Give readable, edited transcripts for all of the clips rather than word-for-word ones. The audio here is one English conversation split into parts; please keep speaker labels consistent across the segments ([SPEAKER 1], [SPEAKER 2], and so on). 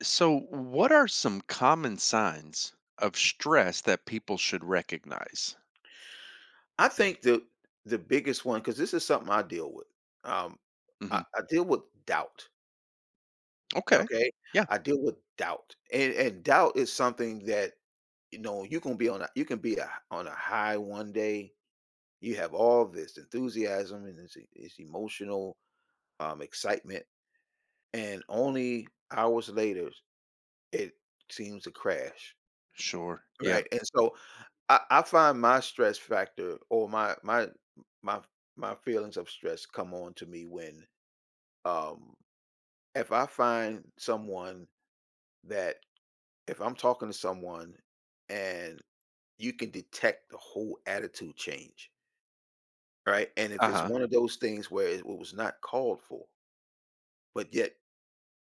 [SPEAKER 1] So, what are some common signs of stress that people should recognize?
[SPEAKER 2] I think the biggest one, because this is something I deal with. Um, I,
[SPEAKER 1] Hmm.
[SPEAKER 2] I deal with doubt.
[SPEAKER 1] Okay.
[SPEAKER 2] Okay,
[SPEAKER 1] Yeah.
[SPEAKER 2] I deal with doubt, and doubt is something that you know you can be on a you can be a, on a high one day. You have all this enthusiasm and this emotional excitement, and only hours later it seems to crash.
[SPEAKER 1] Sure. Yeah.
[SPEAKER 2] Right, and so I find my stress factor or my my feelings of stress come on to me when, um, if I find someone that if I'm talking to someone and you can detect the whole attitude change, right? And if
[SPEAKER 1] Uh
[SPEAKER 2] it's
[SPEAKER 1] huh.
[SPEAKER 2] one of those things where it was not called for, but yet,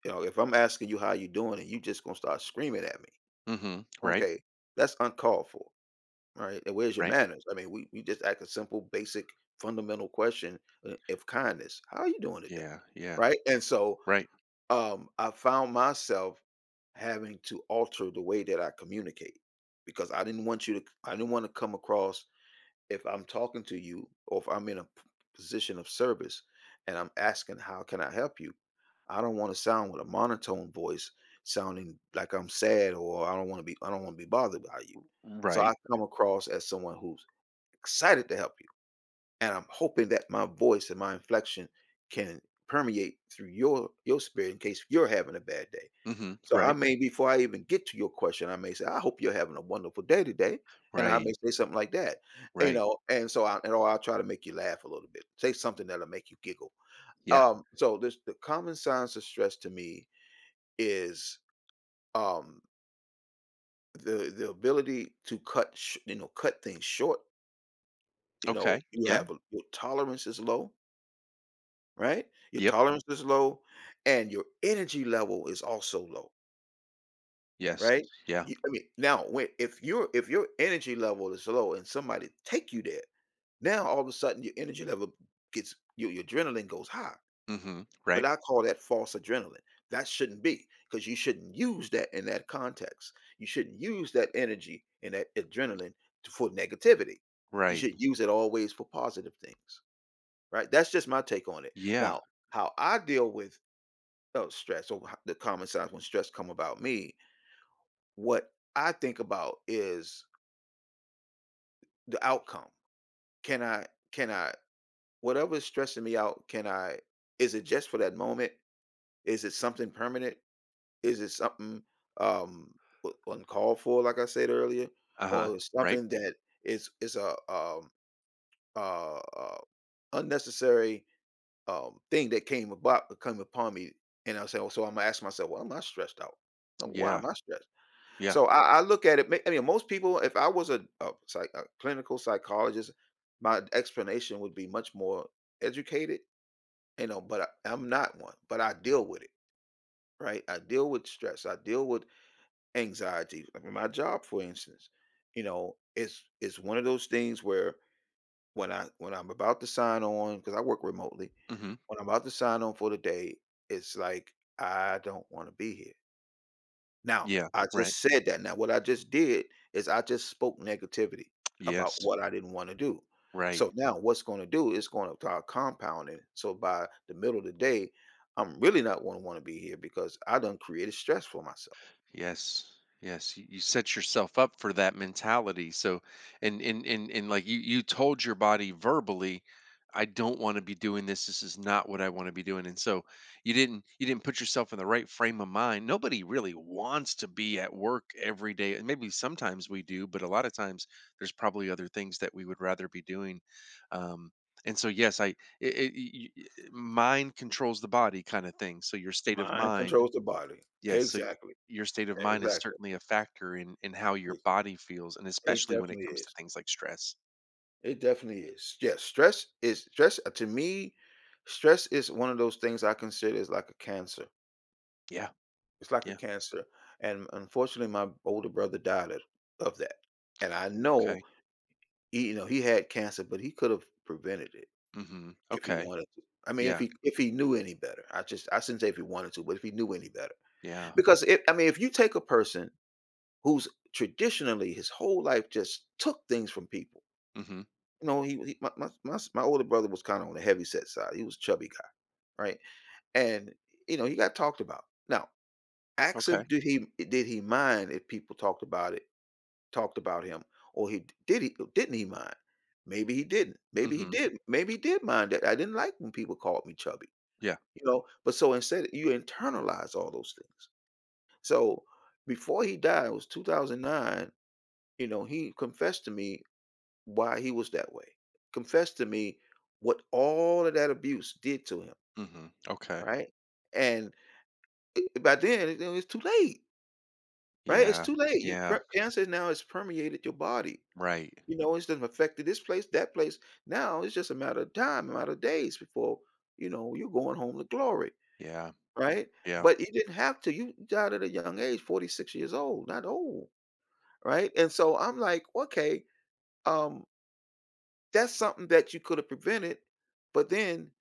[SPEAKER 2] you know, if I'm asking you how you doing and you just gonna start screaming at me,
[SPEAKER 1] Hmm. Right.
[SPEAKER 2] okay, that's uncalled for. Right, and where's your
[SPEAKER 1] Right.
[SPEAKER 2] manners? I mean, we just ask a simple, basic, fundamental question of kindness. How are you doing today?
[SPEAKER 1] Yeah. Yeah.
[SPEAKER 2] Right, and so
[SPEAKER 1] Right.
[SPEAKER 2] I found myself having to alter the way that I communicate because I didn't want you to. I didn't want to come across if I'm talking to you or if I'm in a position of service and I'm asking, how can I help you? I don't want to sound with a monotone voice sounding like I'm sad or I don't want to be bothered by you. So I
[SPEAKER 1] Right.
[SPEAKER 2] come across as someone who's excited to help you and I'm hoping that my voice and my inflection can permeate through your spirit in case you're having a bad day.
[SPEAKER 1] Hmm.
[SPEAKER 2] So I
[SPEAKER 1] Right.
[SPEAKER 2] may, before I even get to your question, I may say, "I hope you're having a wonderful day today," and I may
[SPEAKER 1] Right.
[SPEAKER 2] say something like that, you
[SPEAKER 1] Right.
[SPEAKER 2] know. And so, I, and or I'll try to make you laugh a little bit, say something that'll make you giggle.
[SPEAKER 1] Yeah.
[SPEAKER 2] So this the common signs of stress to me is um the ability to cut you know cut things short. You
[SPEAKER 1] Okay.
[SPEAKER 2] know,
[SPEAKER 1] Yeah.
[SPEAKER 2] your tolerance is low, right? Your
[SPEAKER 1] Yep.
[SPEAKER 2] tolerance is low and your energy level is also low,
[SPEAKER 1] Yes.
[SPEAKER 2] right?
[SPEAKER 1] Yeah.
[SPEAKER 2] I mean, now when if your energy level is low and somebody take you there, now all of a sudden your energy level gets your adrenaline goes high.
[SPEAKER 1] Hmm.
[SPEAKER 2] But
[SPEAKER 1] Right.
[SPEAKER 2] I call that false adrenaline. That shouldn't be because you shouldn't use that in that context. You shouldn't use that energy and that adrenaline to, for negativity. You
[SPEAKER 1] Right.
[SPEAKER 2] should use it always for positive things, right? That's just my take on it.
[SPEAKER 1] Yeah.
[SPEAKER 2] Now, how I deal with. Oh, stress. So the common signs when stress come about me, what I think about is the outcome. Can I can I whatever is stressing me out, can I, is it just for that moment? Is it something permanent? Is it something um uncalled for, like I said earlier?
[SPEAKER 1] Uh huh.
[SPEAKER 2] Or
[SPEAKER 1] Right.
[SPEAKER 2] something that is a uh, uh unnecessary thing that came about come upon me, and I say, oh, so I'm gonna ask myself, well, am I stressed out? No, why
[SPEAKER 1] Yeah.
[SPEAKER 2] am I stressed?
[SPEAKER 1] Yeah.
[SPEAKER 2] So I look at it. I mean, most people, if I was a clinical psychologist, my explanation would be much more educated, you know, but I'm not one, but I deal with it, right? I deal with stress. I deal with anxiety. I mean, my job, for instance, you know, it's one of those things where when I'm about to sign on, cause I work remotely,
[SPEAKER 1] Hmm.
[SPEAKER 2] when I'm about to sign on for the day, it's like, I don't want to be here. Now,
[SPEAKER 1] Yeah.
[SPEAKER 2] I
[SPEAKER 1] Right.
[SPEAKER 2] just said that. Now, what I just did is I just spoke negativity about
[SPEAKER 1] Yes.
[SPEAKER 2] what I didn't wanna do.
[SPEAKER 1] Right.
[SPEAKER 2] So now what's gonna do, is gonna start compounding. So by the middle of the day, I'm really not gonna wanna be here because I done created stress for myself.
[SPEAKER 1] Yes. Yes. You set yourself up for that mentality. So, and like you told your body verbally, I don't want to be doing this. This is not what I want to be doing. And so you didn't put yourself in the right frame of mind. Nobody really wants to be at work every day. And maybe sometimes we do, but a lot of times there's probably other things that we would rather be doing. Um, and so, yes, I, it, y- y- mind controls the body kind of thing. So your state of
[SPEAKER 2] Mind
[SPEAKER 1] mind
[SPEAKER 2] controls the body.
[SPEAKER 1] Yes, so
[SPEAKER 2] Exactly,
[SPEAKER 1] your state of mind is
[SPEAKER 2] exactly.
[SPEAKER 1] certainly a factor in how your
[SPEAKER 2] It
[SPEAKER 1] body feels, and
[SPEAKER 2] it
[SPEAKER 1] especially when it
[SPEAKER 2] definitely
[SPEAKER 1] comes to
[SPEAKER 2] is.
[SPEAKER 1] things like stress.
[SPEAKER 2] It definitely is. Yes. Stress is stress, to me, stress is one of those things I consider is like a cancer.
[SPEAKER 1] Yeah,
[SPEAKER 2] It's like a
[SPEAKER 1] yeah,
[SPEAKER 2] cancer, and unfortunately, my older brother died of that, and I know,
[SPEAKER 1] okay.
[SPEAKER 2] he you know, he had cancer, but he could have prevented it
[SPEAKER 1] Mhm.
[SPEAKER 2] if he
[SPEAKER 1] Okay.
[SPEAKER 2] wanted to. I mean,
[SPEAKER 1] Yeah,
[SPEAKER 2] if he knew any better. I shouldn't say if he wanted to, but if he knew any better.
[SPEAKER 1] yeah.
[SPEAKER 2] Because it I mean, if you take a person who's traditionally his whole life just took things from people,
[SPEAKER 1] Mhm.
[SPEAKER 2] you know, he my older brother was kinda on the heavy set side, he was a chubby guy, right? And, you know, he got talked about. Now, ask him,
[SPEAKER 1] Okay.
[SPEAKER 2] did he mind if people talked about it talked about him, or he didn't he mind? Maybe he didn't. Maybe he
[SPEAKER 1] Mhm.
[SPEAKER 2] did. Maybe he did mind that I didn't like when people called me chubby,
[SPEAKER 1] Yeah.
[SPEAKER 2] you know. But so instead, you internalize all those things. So before he died, it was 2009. You know, he confessed to me why he was that way. Confessed to me what all of that abuse did to him,
[SPEAKER 1] Mhm. Okay.
[SPEAKER 2] right? And by then, it's too late, right? It's
[SPEAKER 1] Yeah.
[SPEAKER 2] too late.
[SPEAKER 1] Yeah.
[SPEAKER 2] Cancer now has permeated your body.
[SPEAKER 1] Right.
[SPEAKER 2] You know, it's doesn't affect this place, that place. Now it's just a matter of time, a matter of days before, you know, you're going home to glory,
[SPEAKER 1] Yeah.
[SPEAKER 2] right?
[SPEAKER 1] Yeah.
[SPEAKER 2] But you didn't have to. You died at a young age, 46 years old, not old, right? And so I'm like, okay, um, that's something that you could have prevented, but then,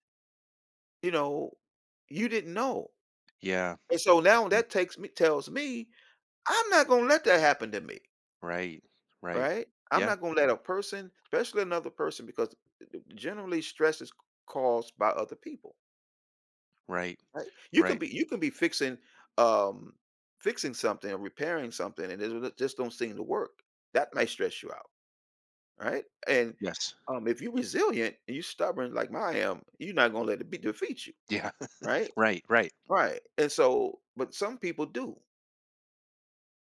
[SPEAKER 2] you know, you didn't know.
[SPEAKER 1] Yeah.
[SPEAKER 2] And so now
[SPEAKER 1] Mm.
[SPEAKER 2] that takes me tells me I'm not gonna let that happen to me,
[SPEAKER 1] Right. Right.
[SPEAKER 2] right? I'm
[SPEAKER 1] Yeah.
[SPEAKER 2] not gonna let a person, especially another person, because generally stress is caused by other people,
[SPEAKER 1] Right.
[SPEAKER 2] right?
[SPEAKER 1] Right.
[SPEAKER 2] You can be fixing um fixing something or repairing something and it will- just don't seem to work. That may stress you out, right? And
[SPEAKER 1] Yes.
[SPEAKER 2] if you're resilient and you're stubborn like I am, you're not gonna let it be defeat you,
[SPEAKER 1] Yeah.
[SPEAKER 2] right?
[SPEAKER 1] Right. Right.
[SPEAKER 2] Right. And so, but some people do.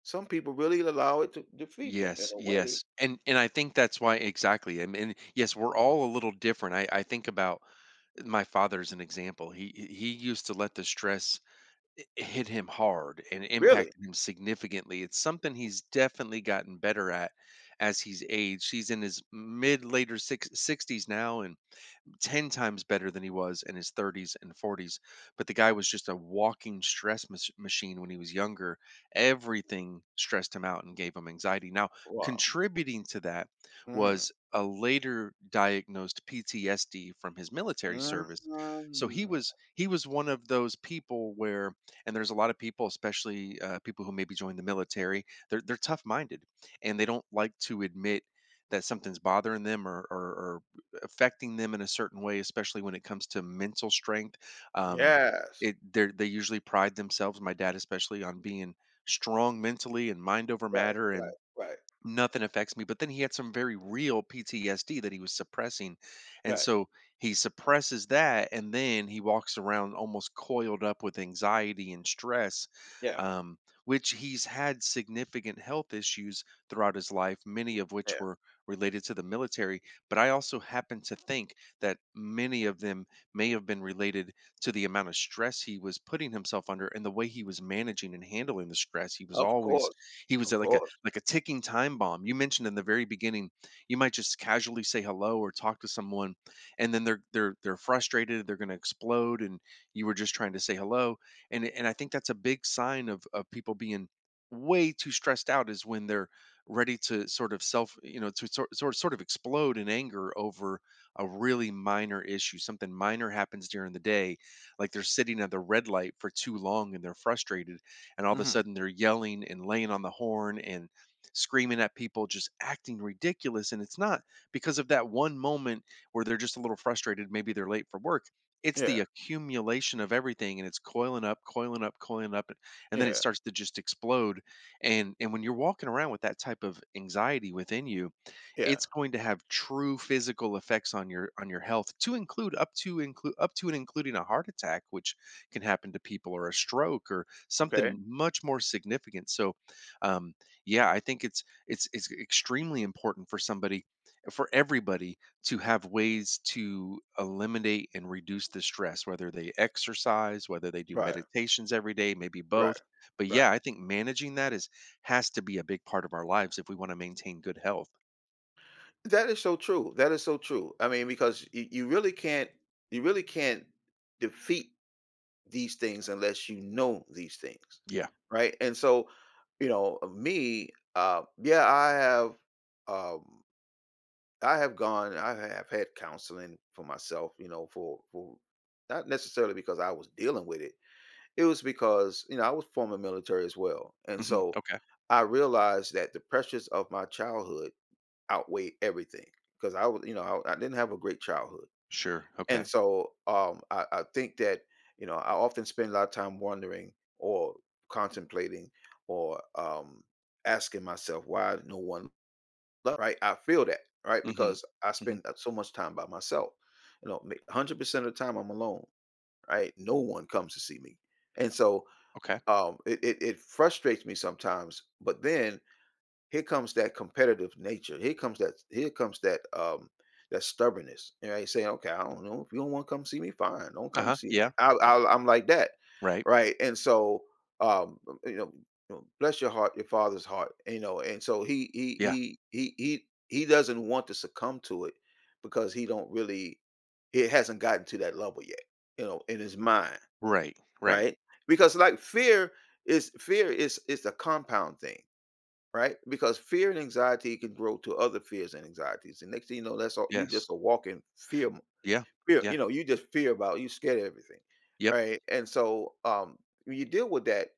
[SPEAKER 2] Some people really allow it to defeat them in
[SPEAKER 1] Yes.
[SPEAKER 2] a way.
[SPEAKER 1] Yes. And I think that's why exactly. I mean, yes, we're all a little different. I think about my father's an example. He used to let the stress hit him hard and
[SPEAKER 2] Really.
[SPEAKER 1] impacted him significantly. It's something he's definitely gotten better at as he's aged. He's in his mid later six, sixties 60s now 10 times better than he was in his 30s and 40s. But the guy was just a walking stress machine when he was younger. Everything stressed him out and gave him anxiety. Now,
[SPEAKER 2] Wow.
[SPEAKER 1] contributing to that
[SPEAKER 2] Hmm.
[SPEAKER 1] was a later diagnosed PTSD from his military service. So he
[SPEAKER 2] Mm.
[SPEAKER 1] was he was one of those people where, and there's a lot of people, especially people who maybe join the military, they're tough minded and they don't like to admit that something's bothering them, or, affecting them in a certain way, especially when it comes to mental strength. Um,
[SPEAKER 2] Yes.
[SPEAKER 1] it they usually pride themselves, my dad especially, on being strong mentally and mind over
[SPEAKER 2] Right,
[SPEAKER 1] matter,
[SPEAKER 2] right,
[SPEAKER 1] and
[SPEAKER 2] right,
[SPEAKER 1] nothing affects me. But then he had some very real PTSD that he was suppressing. And
[SPEAKER 2] right.
[SPEAKER 1] so he suppresses that. And then he walks around almost coiled up with anxiety and stress,
[SPEAKER 2] Yeah.
[SPEAKER 1] um, which he's had significant health issues throughout his life, many of which
[SPEAKER 2] Yeah,
[SPEAKER 1] were related to the military. But I also happen to think that many of them may have been related to the amount of stress he was putting himself under and the way he was managing and handling the stress. He was
[SPEAKER 2] of
[SPEAKER 1] always,
[SPEAKER 2] course,
[SPEAKER 1] he was
[SPEAKER 2] of
[SPEAKER 1] at
[SPEAKER 2] course.
[SPEAKER 1] like a ticking time bomb. You mentioned in the very beginning, you might just casually say hello or talk to someone, and then they're frustrated, they're going to explode, and you were just trying to say hello. And I think that's a big sign of people being way too stressed out is when they're ready to sort of self, you know, to sort of explode in anger over a really minor issue. Something minor happens during the day, like they're sitting at the red light for too long and they're frustrated and all of a
[SPEAKER 2] Mhm.
[SPEAKER 1] sudden they're yelling and laying on the horn and screaming at people, just acting ridiculous. And it's not because of that one moment where they're just a little frustrated. Maybe they're late for work. It's the
[SPEAKER 2] Yeah,
[SPEAKER 1] accumulation of everything and it's coiling up, coiling up, coiling up. And then it
[SPEAKER 2] yeah,
[SPEAKER 1] starts to just explode. And when you're walking around with that type of anxiety within you,
[SPEAKER 2] yeah.
[SPEAKER 1] it's going to have true physical effects on your health, to include up to and including a heart attack, which can happen to people, or a stroke or
[SPEAKER 2] Okay.
[SPEAKER 1] something much more significant. So, um, yeah, I think it's extremely important for somebody, for everybody, to have ways to eliminate and reduce the stress, whether they exercise, whether they do
[SPEAKER 2] Right,
[SPEAKER 1] meditations every day, maybe
[SPEAKER 2] right,
[SPEAKER 1] both. But
[SPEAKER 2] right.
[SPEAKER 1] yeah, I think managing that is, has to be a big part of our lives if we want to maintain good health.
[SPEAKER 2] That is so true. That is so true. I mean, because you really can't, you really can't defeat these things unless you know these things,
[SPEAKER 1] Yeah.
[SPEAKER 2] right? And so, you know, me, yeah, um, I have gone, I have had counseling for myself, you know, for not necessarily because I was dealing with it, it was because, you know, I was former military as well. And
[SPEAKER 1] Hmm.
[SPEAKER 2] so
[SPEAKER 1] Okay.
[SPEAKER 2] I realized that the pressures of my childhood outweighed everything because I was, you know, I didn't have a great childhood.
[SPEAKER 1] Sure.
[SPEAKER 2] And
[SPEAKER 1] Okay.
[SPEAKER 2] so I think that, you know, I often spend a lot of time wondering or contemplating or asking myself why no one, right? I feel that, right?
[SPEAKER 1] Hmm.
[SPEAKER 2] Because I
[SPEAKER 1] Hmm.
[SPEAKER 2] spend so much time by myself. You know, 100% of the time I'm alone, right? No one comes to see me. And so
[SPEAKER 1] Okay.
[SPEAKER 2] it frustrates me sometimes, but then here comes that competitive nature. Here comes that that stubbornness. And I say, okay, I don't know if you don't want to come see me, fine. Don't
[SPEAKER 1] Uh
[SPEAKER 2] come
[SPEAKER 1] huh.
[SPEAKER 2] see me.
[SPEAKER 1] Yeah.
[SPEAKER 2] I'm like that,
[SPEAKER 1] Right.
[SPEAKER 2] right? And so um you know, bless your heart, your father's heart, you know. And so
[SPEAKER 1] Yeah.
[SPEAKER 2] he doesn't want to succumb to it because he don't really it hasn't gotten to that level yet, you know, in his mind,
[SPEAKER 1] Right. Right.
[SPEAKER 2] right? Because like fear is is a compound thing, right? Because fear and anxiety can grow to other fears and anxieties and next thing you know that's all you,
[SPEAKER 1] Yes.
[SPEAKER 2] just a walking
[SPEAKER 1] Yeah.
[SPEAKER 2] fear,
[SPEAKER 1] Yeah.
[SPEAKER 2] you know, you just fear about you scared of everything,
[SPEAKER 1] Yep.
[SPEAKER 2] right? And so when you deal with that,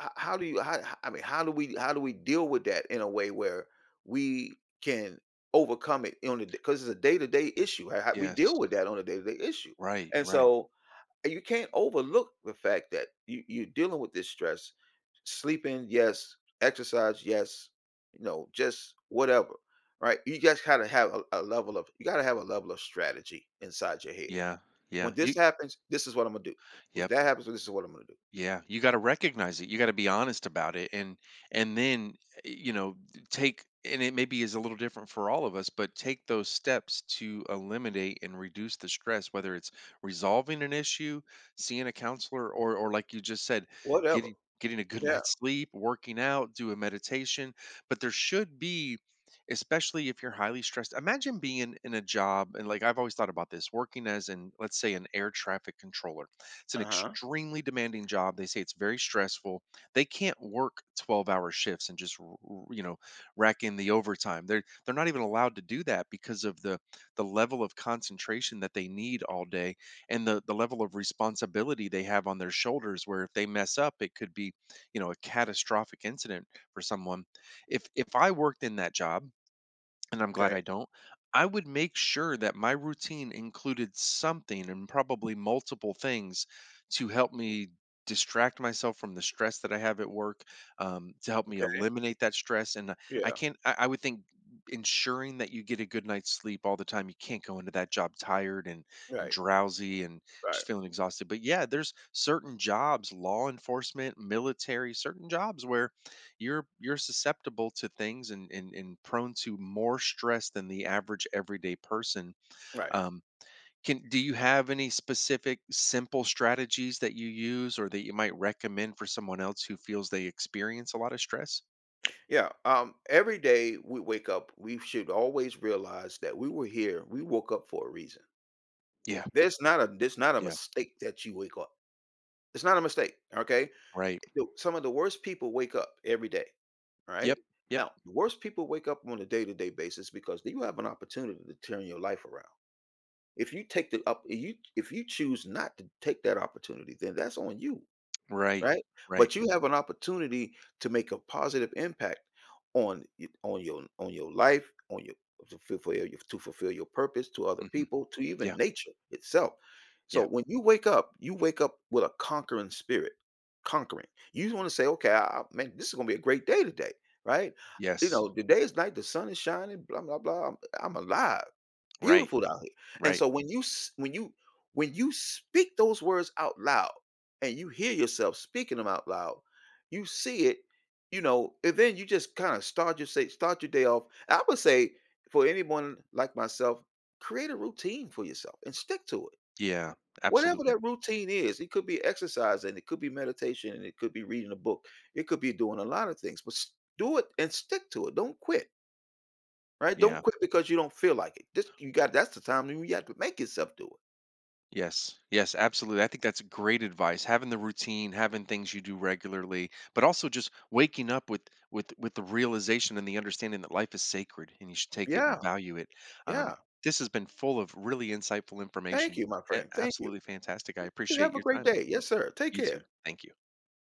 [SPEAKER 2] how do you how- I mean how do we deal with that in a way where we can overcome it on the, because it's a day-to-day issue. How we
[SPEAKER 1] Yes.
[SPEAKER 2] deal with that on a day-to-day issue,
[SPEAKER 1] Right.
[SPEAKER 2] and
[SPEAKER 1] Right.
[SPEAKER 2] so, and you can't overlook the fact that you you're dealing with this stress. Sleeping, yes. Exercise, yes. You know, just whatever, right? You just gotta have a level of you gotta have a level of strategy inside your head.
[SPEAKER 1] Yeah. Yeah.
[SPEAKER 2] When
[SPEAKER 1] You
[SPEAKER 2] this happens, this is what I'm gonna do. When
[SPEAKER 1] Yep.
[SPEAKER 2] that happens, this is what I'm gonna do.
[SPEAKER 1] Yeah. You got to recognize it. You got to be honest about it, and then eh, you know take, and it maybe is a little different for all of us, but take those steps to eliminate and reduce the stress, whether it's resolving an issue, seeing a counselor, or like you just said,
[SPEAKER 2] Whatever.
[SPEAKER 1] getting getting a good
[SPEAKER 2] Yeah.
[SPEAKER 1] night's sleep, working out, do a meditation, but there should be, especially if you're highly stressed. Imagine being in a job, and like I've always thought about this, working as an let's say an air traffic controller. It's an
[SPEAKER 2] Uh huh.
[SPEAKER 1] extremely demanding job. They say it's very stressful. They can't work 12-hour shifts and just rack in the overtime. They're not even allowed to do that because of the level of concentration that they need all day, and the level of responsibility they have on their shoulders, where if they mess up it could be, you know, a catastrophic incident for someone. If I worked in that job, and I'm glad
[SPEAKER 2] Okay.
[SPEAKER 1] I don't, I would make sure that my routine included something, and probably multiple things, to help me distract myself from the stress that I have at work, to help me
[SPEAKER 2] Okay.
[SPEAKER 1] eliminate that stress. And I
[SPEAKER 2] Yeah.
[SPEAKER 1] can't, I would think ensuring that you get a good night's sleep all the time. You can't go into that job tired and
[SPEAKER 2] Right.
[SPEAKER 1] drowsy and
[SPEAKER 2] Right.
[SPEAKER 1] just feeling exhausted. But yeah, there's certain jobs, law enforcement, military, certain jobs where you're susceptible to things, and and prone to more stress than the average everyday person.
[SPEAKER 2] Right.
[SPEAKER 1] Um can Do you have any specific simple strategies that you use or that you might recommend for someone else who feels they experience a lot of stress?
[SPEAKER 2] Yeah. Every day we wake up, we should always realize that we were here. We woke up for a reason.
[SPEAKER 1] Yeah.
[SPEAKER 2] There's not a
[SPEAKER 1] Yeah.
[SPEAKER 2] mistake that you wake up. It's not a mistake, okay?
[SPEAKER 1] Right.
[SPEAKER 2] Some of the worst people wake up every day, all right?
[SPEAKER 1] Yep. Yep.
[SPEAKER 2] Now, the worst people wake up on a day-to-day basis because you have an opportunity to turn your life around. If you take the up, you if you choose not to take that opportunity, then that's on you.
[SPEAKER 1] Right.
[SPEAKER 2] Right?
[SPEAKER 1] Right.
[SPEAKER 2] But you have an opportunity to make a positive impact on y on your life, on your to fulfill your to fulfill your purpose to other
[SPEAKER 1] Hmm.
[SPEAKER 2] people, to
[SPEAKER 1] Yeah.
[SPEAKER 2] even nature itself. So
[SPEAKER 1] Yeah.
[SPEAKER 2] when you wake up with a conquering spirit, conquering. You want to say, okay, man, this is gonna be a great day today, right? You
[SPEAKER 1] Yes.
[SPEAKER 2] know, the day is night, the sun is shining, blah blah blah. I'm alive,
[SPEAKER 1] Right.
[SPEAKER 2] beautiful down here. And
[SPEAKER 1] Right.
[SPEAKER 2] so when you speak those words out loud and you hear yourself speaking them out loud, you see it, you know, and then you just kind of start your say start your day off. I would say for anyone like myself, create a routine for yourself and stick to it.
[SPEAKER 1] Yeah.
[SPEAKER 2] Whatever
[SPEAKER 1] Absolutely.
[SPEAKER 2] that routine is, it could be exercise and it could be meditation and it could be reading a book. It could be doing a lot of things, but do it and stick to it. Don't quit, right? Don't
[SPEAKER 1] Yeah.
[SPEAKER 2] quit because you don't feel like it. Just you got that's the time when you have to make yourself do it.
[SPEAKER 1] Yes. Yes, absolutely. I think that's great advice. Having the routine, having things you do regularly, but also just waking up with with the realization and the understanding that life is sacred and you should take it
[SPEAKER 2] Yeah,
[SPEAKER 1] and value it.
[SPEAKER 2] yeah.
[SPEAKER 1] Um, this has been full of really insightful
[SPEAKER 2] Thank
[SPEAKER 1] information.
[SPEAKER 2] you, my friend. Thank you.
[SPEAKER 1] Absolutely fantastic. I
[SPEAKER 2] You have
[SPEAKER 1] appreciate
[SPEAKER 2] a
[SPEAKER 1] your
[SPEAKER 2] great
[SPEAKER 1] time.
[SPEAKER 2] day. Yes, sir. Take
[SPEAKER 1] You
[SPEAKER 2] care.
[SPEAKER 1] too. Thank you.